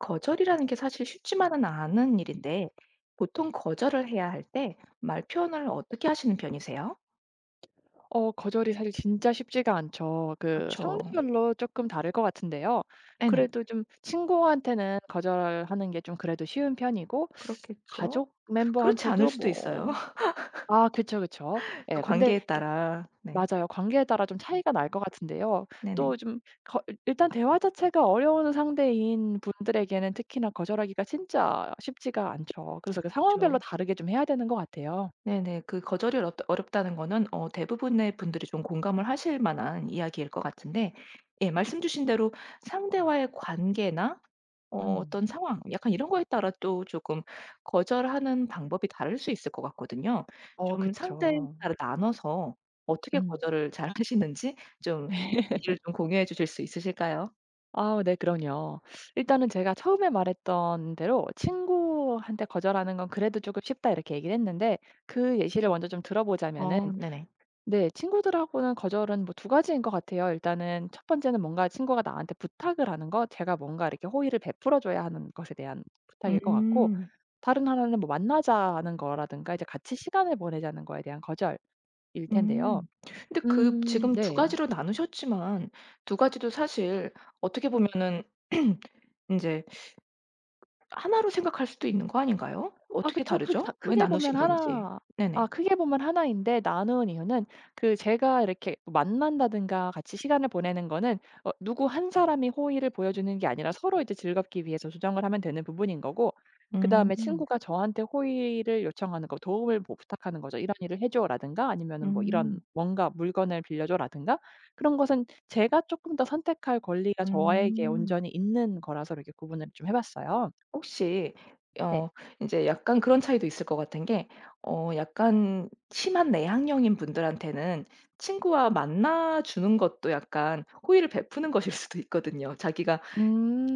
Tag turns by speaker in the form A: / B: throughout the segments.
A: 거절이라는 게 사실 쉽지만은 않은 일인데 보통 거절을 해야 할 때 말 표현을 어떻게 하시는 편이세요?
B: 거절이 사실 진짜 쉽지가 않죠.
A: 그
B: 그
A: 죠
B: 상대별로 조금 다를 것 같은데요.
A: 네네.
B: 그래도 좀 친구한테는 거절하는 게 좀 그래도 쉬운 편이고
A: 그렇겠죠.
B: 가족
A: 그렇지 않을
B: 멤버한테도
A: 수도 있어요.
B: 뭐 아 그쵸, 그쵸.
A: 또
B: 예 근데
A: 관계에 따라. 네.
B: 맞아요. 관계에 따라 좀 차이가 날 것 같은데요.
A: 네네.
B: 또 좀 거 일단 대화 자체가 어려운 상대인 분들에게는 특히나 거절하기가 진짜 쉽지가 않죠. 그래서 그
A: 그
B: 상황별로
A: 죠
B: 다르게 좀 해야 되는 것 같아요.
A: 네네. 그 거절이 어렵다는 거는 어 대부분의 분들이 좀 공감을 하실 만한 이야기일 것 같은데 예 말씀 주신 대로 상대와의 관계나 어
B: 음.
A: 어떤 상황 약간 이런 거에 따라 또 조금 거절하는 방법이 다를 수 있을 것 같거든요.
B: 어
A: 좀 상대에
B: 그쵸.
A: 따라 나눠서 어떻게
B: 음.
A: 거절을 잘하시는지 좀 얘기를 좀 공유해 주실 수 있으실까요?
B: 아 네 그럼요. 일단은 제가 처음에 말했던 대로 "친구한테 거절하는 건 그래도 조금 쉽다." 이렇게 얘기를 했는데 그 예시를 먼저 좀 들어보자면은
A: 어 네네.
B: 네, 친구들하고는 거절은 뭐 두 가지인 것 같아요. 일단은 첫 번째는 뭔가 친구가 나한테 부탁을 하는 거, 제가 뭔가 이렇게 호의를 베풀어 줘야 하는 것에 대한 부탁일 것 같고,
A: 음.
B: 다른 하나는 뭐 만나자는 거라든가 이제 같이 시간을 보내자는 거에 대한 거절일 텐데요.
A: 음. 근데 그 지금 두
B: 네.
A: 가지로 나누셨지만 두 가지도 사실 어떻게 보면은 이제 하나로 생각할 수도 있는 거 아닌가요?
B: 아
A: 어떻게
B: 그쵸. 크 다
A: 다르죠? 왜
B: 크게 보면
A: 나누신 건지.
B: 하나. 아
A: 네네.
B: 크게 보면 나 인데, 나누는 이유는 그 제가 이렇게 뭐 만난다든가 같이 시간을 보내는 거는 어 누구 한 사람이 호의를 보여주는 게 아니라 서로 이제 즐겁기 위해서 조정을 하면 되는 부분인 거고, 그다음에
A: 음.
B: 친구가 저한테 호의를 요청하는 거, 도움을 뭐 부탁하는 거죠. "이런 일을 해 줘."라든가 아니면은 뭐 "이런
A: 음.
B: 뭔가 물건을 빌려 줘."라든가 그런 것은 제가 쪼끔 더 선택할 권리가 저에게
A: 음.
B: 온전히 있는 거라서 이렇게 구분을 좀 해 봤어요.
A: 혹시
B: 네.
A: 어 이제 약간 그런 차이도 있을 것 같은 게 어 약간 심한 내향형인 분들한테는 친구와 만나 주는 것도 약간 호의를 베푸는 것일 수도 있거든요. 자기가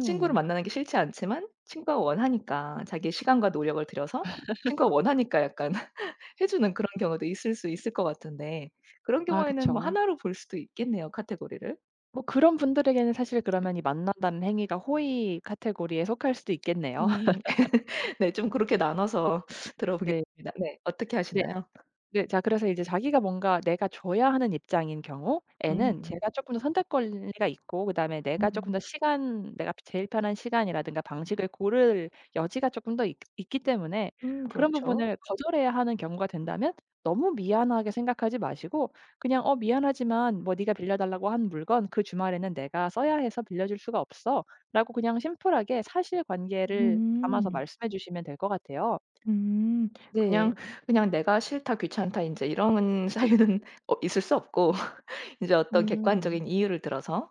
A: 친구를 만나는 게 싫지 않지만 친구가 원하니까 자기의 시간과 노력을 들여서 친구가 원하니까 약간 해 주는 그런 경우도 있을 수 있을 것 같은데 그런
B: 아
A: 경우에는 뭐
B: 그쵸.
A: 하나로 볼 수도 있겠네요, 카테고리를.
B: 뭐 그런 분들에게는 사실 그러면 이 만난다는 행위가 호의 카테고리에 속할 수도 있겠네요.
A: 음. 네 좀 그렇게 나눠서
B: 네.
A: 들어보겠습니다. 네. 어떻게
B: 네.
A: 하시나요?
B: 네. 자 그래서 이제 자기가 뭔가 내가 줘야 하는 입장인 경우에는 네.
A: 음.
B: 제가 조금 더 선택 권리가 있고, 그다음에 내가 조금
A: 음.
B: 더 시간, 내가 제일 편한 시간이라든가 방식을 고를 여지가 조금 더있 있기 때문에 그런
A: 그렇죠.
B: 부분을 거절해야 하는 경우가 된다면 너무 미안하게 생각하지 마시고 그냥 "어 미안하지만 뭐 네가 빌려 달라고 한 물건 그 주말에는 내가 써야 해서 빌려 줄 수가 없어."라고 그냥 심플하게 사실관계를 담아서
A: 음.
B: 말씀해 주시면 될 것 같아요.
A: 음. 그냥,
B: 네.
A: 그냥 '내가 싫다. 귀찮다.' 이제 이런 사유는 어 있을 수 없고 이제 어떤
B: 음.
A: 객관적인 이유를 들어서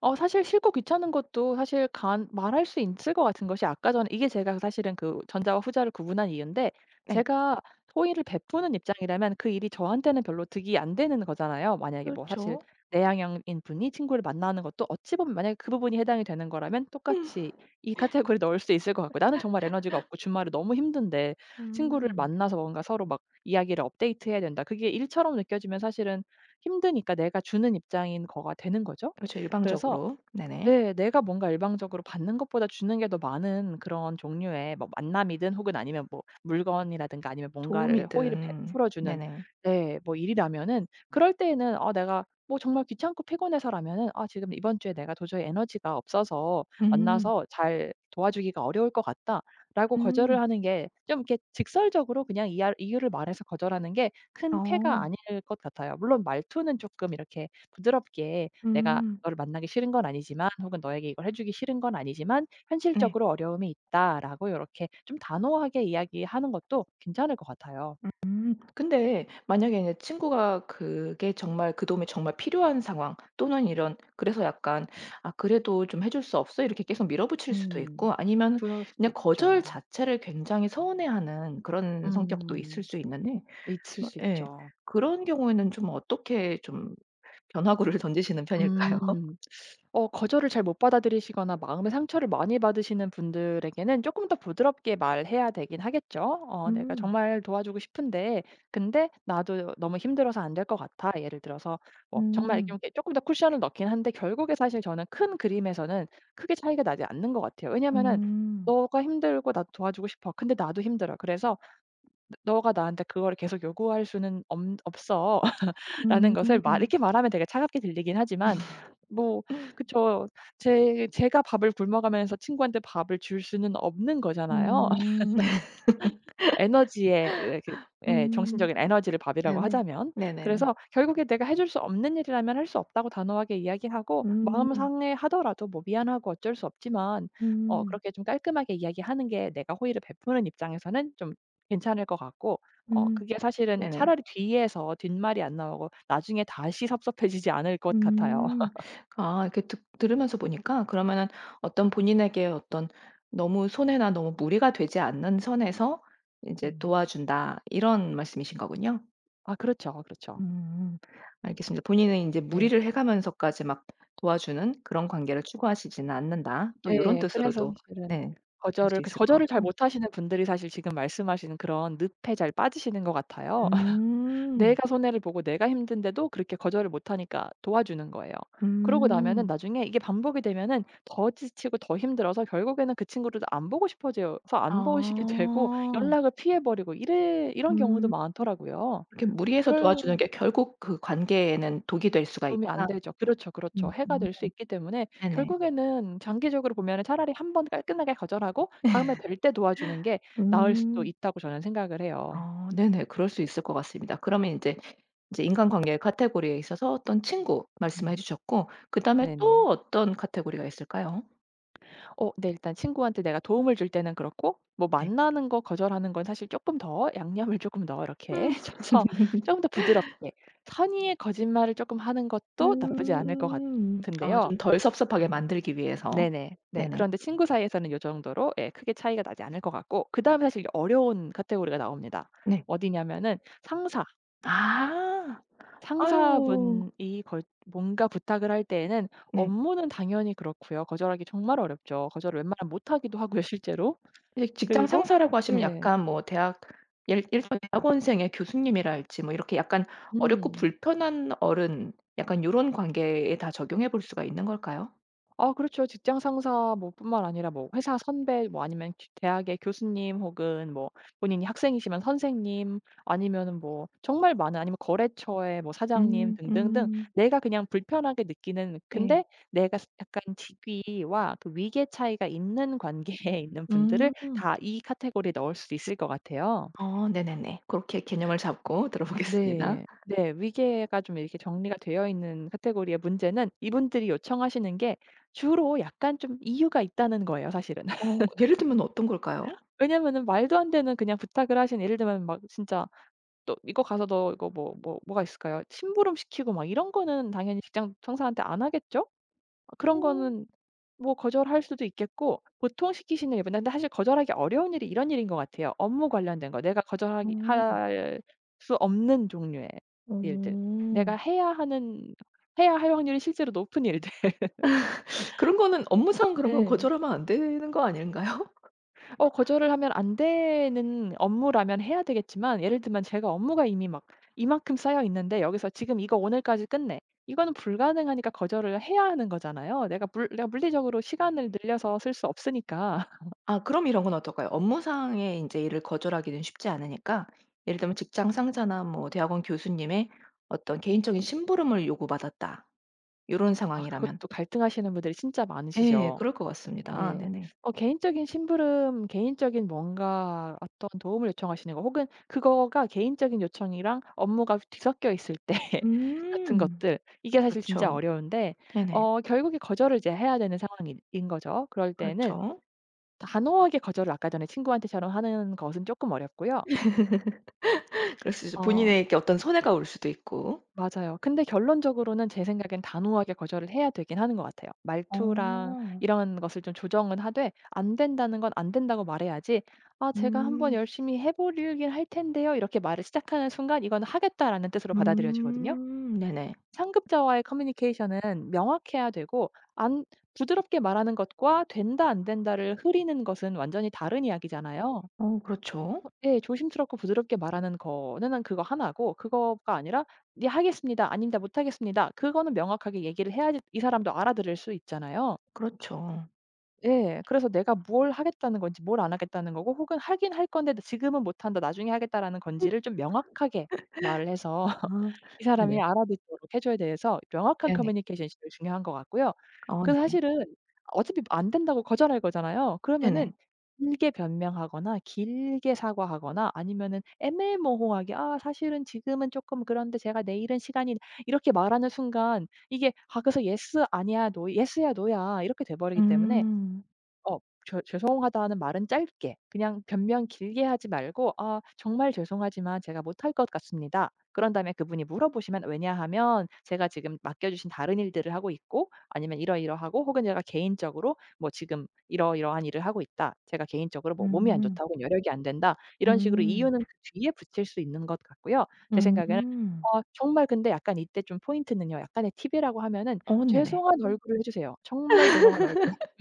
B: 어 사실 싫고 귀찮은 것도 사실 간 말할 수 있을 것 같은 것이, 아까 전에 이게 제가 사실은 그 전자와 후자를 구분한 이유인데
A: 네.
B: 제가 호의를 베푸는 입장이라면 그 일이 저한테는 별로 득이 안 되는 거잖아요. 만약에 뭐 사실
A: 그렇죠.
B: 내향형인 분이 친구를 만나는 것도 어찌 보면 만약에 그 부분이 해당이 되는 거라면
A: 음.
B: 똑같이 이 카테고리에 넣을 수 있을 것 같고, 나는 정말 에너지가 없고 주말에 너무 힘든데 친구를
A: 음.
B: 만나서 뭔가 서로 막 이야기를 업데이트해야 된다. 그게 일처럼 느껴지면 사실은 힘드니까 내가 주는 입장인 거가 되는 거죠.
A: 그렇죠.
B: 그래서
A: 일방적으로. 네네.
B: 네, 내가 뭔가 일방적으로 받는 것보다 주는 게 더 많은 그런 종류의 뭐 만남이든 혹은 아니면 뭐 물건이라든가 아니면 뭔가를 호의를
A: 도움이든
B: 베풀어 주는
A: 네네.
B: 네 뭐 일이라면은 그럴 때에는 어 내가 뭐 정말 귀찮고 피곤해서라면은 '아 지금 이번 주에 내가 도저히 에너지가 없어서
A: 음.
B: 만나서 잘 도와주기가 어려울 것 같다.'라고 거절을
A: 음.
B: 하는 게 좀 이렇게 직설적으로 그냥 이야 이유를 말해서 거절하는 게 큰 패가
A: 어.
B: 아닐 것 같아요. 물론 말투는 쪼끔 이렇게 부드럽게 내가
A: 음.
B: 너를 만나기 싫은 건 아니지만 혹은 너에게 이걸 해 주기 싫은 건 아니지만
A: 네.
B: 현실적으로 어려움이 있다."라고 이렇게 좀 단호하게 이야기하는 것도 괜찮을 것 같아요.
A: 음. 근데 만약에 이제 친구가 그게 정말 그 도움이 정말 필요한 상황 또는 이런 그래서 약간 '아 그래도 좀 해줄 수 없어?' 이렇게 계속 밀어붙일 수도
B: 음.
A: 있고 아니면
B: 그럴 수도
A: 그냥 거절
B: 있죠.
A: 자체를 굉장히 서운해하는 그런 성격도 있을
B: 음.
A: 수 있는데
B: 있을
A: 뭐
B: 수
A: 예.
B: 있죠.
A: 그런 경우에는 좀 어떻게 좀 변화구를 던지시는 편일까요?
B: 음. 어 거절을 잘 못 받아들이시거나 마음의 상처를 많이 받으시는 분들에게는 조금 더 부드럽게 말해야 되긴 하겠죠. 어 "내가
A: 음.
B: 정말 도와주고 싶은데 근데 나도 너무 힘들어서 안 될 것 같아." 예를 들어서 뭐 정말
A: 음.
B: 이렇게 조금 더 쿠션을 넣긴 한데, 결국에 사실 저는 큰 그림에서는 크게 차이가 나지 않는 것 같아요. 왜냐면은
A: 음.
B: "너가 힘들고 나도 도와주고 싶어. 근데 나도 힘들어. 그래서 너가 나한테 그걸 계속 요구할 수는 없 없어." 라는 것을 말
A: 음.
B: 이렇게 말하면 되게 차갑게 들리긴 하지만 뭐 그쵸. 제 제가 밥을 굶어가면서 친구한테 밥을 줄 수는 없는 거잖아요.
A: 음.
B: 에너지의 이렇게 예
A: 음.
B: 정신적인 에너지를 밥이라고
A: 네네.
B: 하자면.
A: 네네네.
B: 그래서 결국에 내가 해줄 수 없는 일이라면 할 수 없다고 단호하게 이야기하고 마음
A: 음.
B: 상해하더라도 뭐 미안하고 어쩔 수 없지만 어
A: 음.
B: 그렇게 좀 깔끔하게 이야기하는 게 내가 호의를 베푸는 입장에서는 좀 괜찮을 것 같고 어
A: 음.
B: 그게 사실은
A: 네네.
B: 차라리 뒤에서 뒷말이 안 나오고 나중에 다시 섭섭해지지 않을 것 같아요.
A: 음. 아 이렇게 듣 들으면서 보니까 그러면은 어떤 본인에게 어떤 너무 손해나 너무 무리가 되지 않는 선에서 이제
B: 음.
A: 도와준다 이런 말씀이신 거군요?
B: 아 그렇죠, 그렇죠.
A: 음. 알겠습니다. 본인은 이제 무리를 해 가면서까지 막 도와주는 그런 관계를 추구하시지는 않는다. 또 이런
B: 예. 그래서
A: 뜻으로도
B: 사실은
A: 네. 볼 수 있을 것
B: 거절을 잘
A: 같고.
B: 못하시는 분들이 사실 지금 말씀하시는 그런 늪에 잘 빠지시는 것 같아요.
A: 음.
B: 내가 손해를 보고 내가 힘든데도 그렇게 거절을 못하니까 도와주는 거예요. 그러고 나면은
A: 음.
B: 나중에 이게 반복이 되면은 더 지치고 더 힘들어서 결국에는 그 친구를 안 보고 싶어져서 안 보시게 되고
A: 아.
B: 연락을 피해 버리고 이래 이런 경우도
A: 음.
B: 많더라고요.
A: 렇게 무리해서
B: 그럴
A: 도와주는 게 결국 그 관계에는 독이 될 수가
B: 도움이 안
A: 있다.
B: 되죠. 그렇죠,
A: 음.
B: 그렇죠. 해가 될 수 있기 때문에
A: 네네.
B: 결국에는 장기적으로 보면은 차라리 한 번 깔끔하게 거절하고 다음에 될 때 도와주는 게 나을 수도
A: 음.
B: 있다고 저는 생각을 해요.
A: 아 네네. 그럴 수 있을 것 같습니다. 그러면 이제 이제 인간관계의 카테고리에 있어서 어떤 친구 말씀해
B: 음.
A: 주셨고 그다음에 또
B: 네네.
A: 어떤 카테고리가 있을까요?
B: 어 네 일단 친구한테 내가 도움을 줄 때는 그렇고, 뭐
A: 네.
B: 만나는 거 거절하는 건 사실 조금 더 양념을 조금 더 이렇게
A: 음.
B: 쳐서 조금 더 부드럽게 선의의 거짓말을 조금 하는 것도 나쁘지 않을 것
A: 아
B: 같은데요.
A: 좀 덜 섭섭하게 만들기 위해서.
B: 네네. 네.
A: 네네.
B: 그런데 친구 사이에서는 요 정도로 예 크게 차이가 나지 않을 것 같고, 그다음에 사실 어려운 카테고리가 나옵니다.
A: 네.
B: 어디냐면은 상사.
A: 아. 아유.
B: 상사분이 걸 뭔가 부탁을 할 때에는
A: 네.
B: 업무는 당연히 그렇고요. 거절하기 정말 어렵죠. 거절을 웬만하면 못 하기도 하고요 실제로.
A: 이제 직장
B: 그리고
A: 상사라고 하시면
B: 네.
A: 약간 뭐 대학 예를 들면 대학원생의 교수님이랄지 뭐 이렇게 약간 어렵고
B: 음.
A: 불편한 어른 약간 요런 관계에 다 적용해 볼 수가 있는 걸까요?
B: 아 그렇죠. 직장 상사 뭐 뿐만 아니라 뭐 회사 선배 뭐 아니면 기 대학의 교수님 혹은 뭐 본인이 학생이시면 선생님 아니면은 뭐 정말 많은 아니면 거래처의 뭐 사장님
A: 음.
B: 등등등
A: 음.
B: 내가 그냥 불편하게 느끼는
A: 예.
B: 근데 내가 스 약간 직위와 그 위계 차이가 있는 관계에 있는 분들을
A: 음.
B: 다 이 카테고리에 넣을 수 있을 것 같아요.
A: 어 네네네. 그렇게 개념을 잡고 들어보겠습니다.
B: 네. 네. 위계가 좀 이렇게 정리가 되어 있는 카테고리의 문제는 이분들이 요청하시는 게 주로 약간 좀 이유가 있다는 거예요 사실은.
A: 어 예를 들면 어떤 걸까요?
B: 왜냐면은 말도 안 되는 그냥 부탁을 하신, 예를 들면 막 진짜 또 "이거 가서 너 이거 뭐 뭐 뭐가 있을까요?" 심부름시키고 막 이런 거는 당연히 직장 상사한테 안 하겠죠? 아, 그런
A: 음.
B: 거는 뭐 거절할 수도 있겠고, 보통 시키시는 일보다 근데 사실 거절하기 어려운 일이 이런 일인 것 같아요. 업무 관련된 거. 내가 거절하기
A: 음.
B: 할 수 없는 종류의
A: 어. 어.
B: 일들. 내가
A: 어.
B: 해야 하는 해야 할 확률이 실제로 높은 일들.
A: 그런 거는 업무상 그런 건
B: 네.
A: 거절하면 안 되는 거 아닌가요?
B: 어 거절을 하면 안 되는 업무라면 해야 되겠지만 예를 들면 제가 업무가 이미 막 이만큼 쌓여 있는데 여기서 지금 이거 오늘까지 끝내. 이거는 불가능하니까 거절을 해야 하는 거잖아요. 내가 물리적으로 시간을 늘려서 쓸 수 없으니까.
A: 아 그럼 이런 건 어떨까요? 업무상의 인제 일을 거절하기는 쉽지 않으니까 예를 들면 직장 상사나 뭐 대학원 교수님의 어떤 개인적인 심부름을 요구받았다 요런
B: 아
A: 상황이라면
B: 그것도 갈등하시는 분들이 진짜
A: 예
B: 많으시죠.
A: 그럴 것 같습니다.
B: 네.
A: 네네.
B: 어 개인적인 심부름, 개인적인 뭔가 어떤 도움을 요청하시는 거 혹은 그거가 개인적인 요청이랑 업무가 뒤섞여 있을 때 같은
A: 음.
B: 것들 이게 사실 진짜
A: 그렇죠.
B: 어려운데
A: 네네.
B: 어 결국에 거절을 이제 해야 되는 상황인 인 거죠. 그럴 때는
A: 그렇죠.
B: 단호하게 거절을 아까 전에 친구한테처럼 하는 것은 조금 어렵고요.
A: 그럴 수 있죠.
B: 어
A: 본인에게 어떤 손해가 올 수도 있고.
B: 맞아요. 근데 결론적으로는 제 생각엔 단호하게 거절을 해야 되긴 하는 것 같아요. 말투랑
A: 어.
B: 이런 것을 좀 조정은 하되 안 된다는 건 안 된다고 말해야지. "아 제가 한번
A: 음.
B: 열심히 해 보려긴 할 텐데요." 이렇게 말을 시작하는 순간 이건 하겠다라는 뜻으로 받아들여지거든요.
A: 음. 네네.
B: 상급자와의 커뮤니케이션은 명확해야 되고, 안 부드럽게 말하는 것과 된다 안 된다를 흐리는 것은 완전히 다른 이야기잖아요.
A: 어 그렇죠.
B: 어 예. 조심스럽고 부드럽게 말하는 거는 한 그거 하나고, 그거가 아니라 "네 하겠습니다." "아닙니다. 못 하겠습니다." 그거는 명확하게 얘기를 해야지 이 사람도 알아들을 수 있잖아요.
A: 그렇죠.
B: 예. 그래서 내가 뭘 하겠다는 건지, 뭘 안 하겠다는 거고, 혹은 하긴 할 건데 '지금은 못 한다. 나중에 하겠다.'라는 건지를 좀 명확하게 말을 해서
A: 아.
B: 이 사람이
A: 네네.
B: 알아듣도록 해 줘야 돼서 명확한
A: 네네.
B: 커뮤니케이션이 제일 중요한 것 같고요.
A: 어
B: 그래서
A: 네네.
B: 사실은 어차피 안 된다고 거절할 거잖아요. 그러면은
A: 네네.
B: 길게 변명하거나 길게 사과하거나 아니면은 애매모호하게 "아 사실은 지금은 조금 그런데 제가 내일은 시간이" 이렇게 말하는 순간 이게 아 그래서 예스 아니야, n 예스야 노야 이렇게 돼 버리기 때문에
A: 음.
B: 어 죄 죄송하다는 말은 짧게 그냥 변명 길게 하지 말고 "아 정말 죄송하지만 제가 못할 것 같습니다." 그런 다음에 그분이 물어보시면 "왜냐하면 제가 지금 맡겨 주신 다른 일들을 하고 있고 아니면 이러이러하고 혹은 제가 개인적으로 뭐 지금 이러이러한 일을 하고 있다. 제가 개인적으로 뭐 몸이 안
A: 음.
B: 좋다 혹은 여력이 안 된다." 이런 식으로
A: 음.
B: 이유는 그 뒤에 붙일 수 있는 것 같고요. 제 생각에는
A: 음.
B: 어 정말 근데 약간 이때 좀 포인트는요. 약간의 팁이라고 하면은
A: 어 네네.
B: 죄송한 얼굴을 해 주세요. 정말 죄송한 얼굴.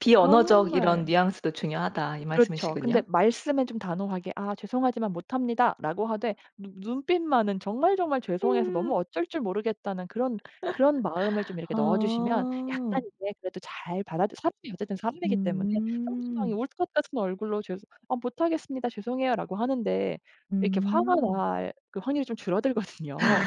A: '비언어적
B: 정말
A: 이런 뉘앙스도 중요하다.' 이
B: 그렇죠. 근데
A: 말씀이시군요.
B: 말씀은 좀 단호하게 "아 죄송하지만 못합니다."라고 하되 눈 눈빛만은 정말 정말 죄송해서
A: 음.
B: 너무 어쩔 줄 모르겠다는 그런 그런 마음을 좀 이렇게 넣어 주시면
A: 아.
B: 약간 이제 그래도 잘 받아주 사람이 어쨌든 사람이기 때문에 상대방이
A: 음.
B: 울것 같은 얼굴로 죄송 "아 못하겠습니다. 죄송해요."라고 하는데 이렇게 화가
A: 음.
B: 날 그 확률이 좀 줄어들거든요.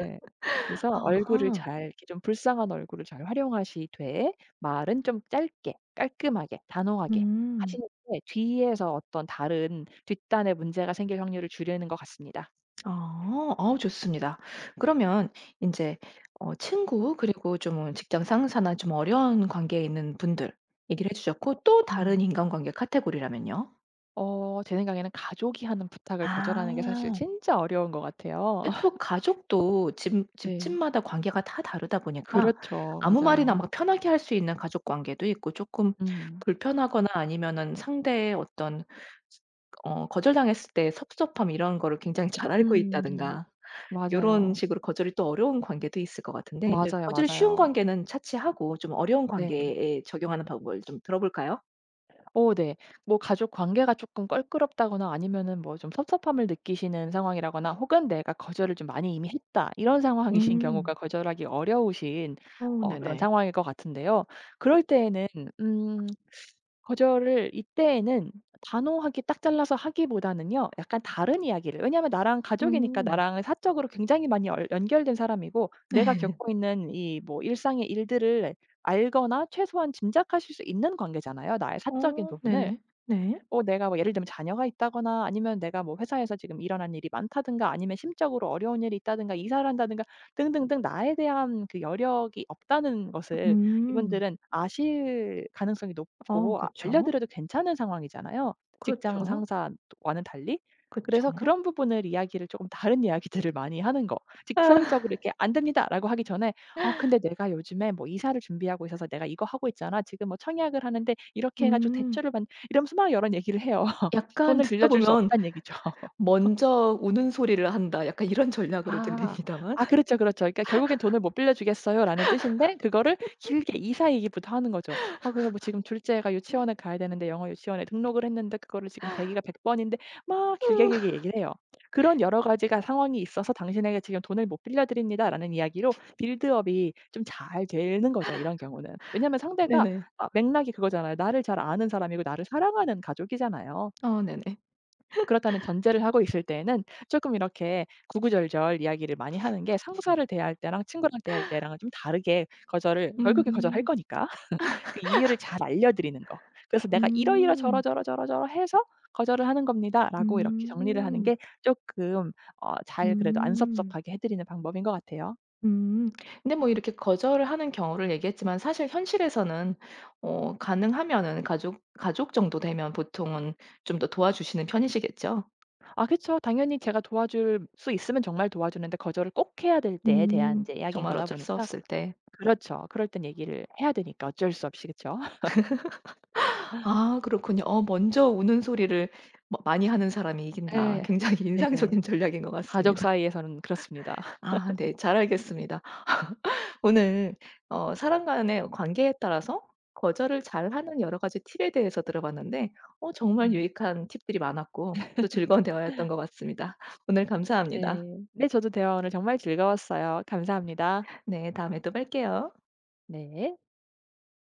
B: 예. 그래서 얼굴을
A: 아하.
B: 잘 이렇게 좀 불쌍한 얼굴을 잘 활용하시되 말은 좀 짧게 깔끔하게 단호하게
A: 음.
B: 하시는 게 뒤에서 어떤 다른 뒷단의 문제가 생길 확률을 줄이는 것 같습니다.
A: 아. 아우 좋습니다. 그러면 이제 어 친구 그리고 좀 직장 상사나 좀 어려운 관계에 있는 분들 얘기를 해 주셨고 또 다른
B: 음.
A: 인간관계 카테고리라면요?
B: 어 제 생각에는 가족이 하는 부탁을 거절하는 게 사실
A: 아.
B: 진짜 어려운 것 같아요.
A: 근데 또 가족도 집
B: 네.
A: 집집마다 관계가 다 다르다 보니까
B: 그렇죠.
A: 아무 말이나
B: 맞아요.
A: 막 편하게 할 수 있는 가족 관계도 있고 조금
B: 음.
A: 불편하거나 아니면은 상대의 어떤 어 거절당했을 때의 섭섭함 이런 거를 굉장히 잘 알고
B: 음.
A: 있다든가 요런
B: 맞아요.
A: 식으로 거절이 또 어려운 관계도 있을 것 같은데 인제
B: 맞아요,
A: 거절이 쉬운
B: 맞아요.
A: 관계는 차치하고 좀 어려운
B: 네.
A: 관계에 적용하는 방법을 좀 들어볼까요?
B: 어 네. 뭐 가족 관계가 쪼끔 껄끄럽다거나 아니면은 뭐 좀 섭섭함을 느끼시는 상황이라거나 혹은 내가 거절을 좀 많이 이미 했다 이런 상황이신 경우가
A: 음.
B: 거절하기 어려우신
A: 어
B: 어 그런
A: 네네.
B: 상황일 것 같은데요. 그럴 때에는 음 거절을 이때에는 단호하게 딱 잘라서 하기보다는요. 약간 다른 이야기를, 왜냐하면 나랑 가족이니까,
A: 음.
B: 나랑 사적으로 굉장히 많이 얼 연결된 사람이고 내가 겪고 있는 이 뭐 일상의 일들을 알거나 최소한 짐작하실 수 있는 관계잖아요, 나의 사적인
A: 어
B: 부분을.
A: 네네. 네.
B: 어 내가 뭐 예를 들면 자녀가 있다거나 아니면 내가 뭐 회사에서 지금 일어난 일이 많다든가 아니면 심적으로 어려운 일이 있다든가 이사를 한다든가 등등등 나에 대한 그 여력이 없다는 것을
A: 음.
B: 이분들은 아실 가능성이
A: 어
B: 높고 아
A: 그쵸.
B: 알려드려도 괜찮은 상황이잖아요, 직장
A: 그렇죠.
B: 상사와는 달리.
A: 그쵸.
B: 그래서 그런 부분을 이야기를 조금 다른 이야기들을 많이 하는 거. 직설적으로 이렇게 "안 됩니다."라고 하기 전에 "아 근데 내가 요즘에 뭐 이사를 준비하고 있어서 내가 이거 하고 있잖아. 지금 뭐 청약을 하는데 이렇게 해 가지고
A: 음.
B: 대출을 받" 이러면서 막 여러 얘기를 해요.
A: 약간
B: 돈을
A: 듣다
B: 빌려줄 수
A: 보면
B: 없다는 얘기죠.
A: '먼저 우는 소리를 한다.' 약간 이런 전략으로
B: 아.
A: 들립니다만.
B: 아 그렇죠, 그렇죠. 그러니까 결국엔 "돈을 못 빌려주겠어요라는 뜻인데 그거를 길게 이사 얘기부터 하는 거죠. "아 그래 뭐 지금 둘째가 유치원에 가야 되는데 영어 유치원에 등록을 했는데 그거를 지금 대기가 100 번인데" 막 길게 길게 얘기를 해요. "그런 여러 가지가 상황이 있어서 당신에게 지금 돈을 못 빌려드립니다."라는 이야기로 빌드업이 좀 잘 되는 거죠, 이런 경우는. 왜냐하면 상대가
A: 네네.
B: 아 맥락이 그거잖아요. 나를 잘 아는 사람이고 나를 사랑하는 가족이잖아요.
A: 어 네네.
B: 그렇다는 전제를 하고 있을 때에는 조금 이렇게 구구절절 이야기를 많이 하는 게 상사를 대할 때랑 친구랑 대할 때랑은 좀 다르게, 거절을 결국에 거절할
A: 음.
B: 거니까 그 이유를 잘 알려드리는 거. 그래서 "내가 이러이러
A: 음.
B: 저러저러저러저러 해서 거절을 하는 겁니다."라고 이렇게 정리를 하는
A: 음.
B: 게 조금 어 잘 그래도 안
A: 음.
B: 섭섭하게 해 드리는 방법인 것 같아요.
A: 음. 근데 뭐 이렇게 거절을 하는 경우를 얘기했지만 사실 현실에서는 어 가능하면은 가족 정도 되면 보통은 좀 더 도와주시는 편이시겠죠?
B: 아그죠 당연히 제가 도와줄 수 있으면 정말 도와주는데 거절을 꼭 해야 될 때에 대한 이
A: 음.
B: 제 이야기인
A: 정말
B: 거다
A: 어쩔 수
B: 보니까
A: 없을 때.
B: 그렇죠. 그럴 땐 얘기를 해야 되니까 어쩔 수 없이 그렇죠
A: 아 그렇군요. 어 먼저 우는 소리를 뭐 많이 하는 사람이 이긴다.
B: 예.
A: 굉장히
B: 네네.
A: 인상적인 전략인 것
B: 가족
A: 같습니다.
B: 사이에서는 그렇습니다.
A: 아 네. 잘 알겠습니다. 오늘 어 사람 간의 관계에 따라서 거절을 잘하는 여러 가지 팁에 대해서 들어봤는데 어 정말
B: 음.
A: 유익한 팁들이 많았고 또 즐거운 대화였던 것 같습니다. 오늘 감사합니다.
B: 네. 네 저도 대화 오늘 정말 즐거웠어요. 감사합니다.
A: 네, 다음에 또 뵐게요.
B: 네.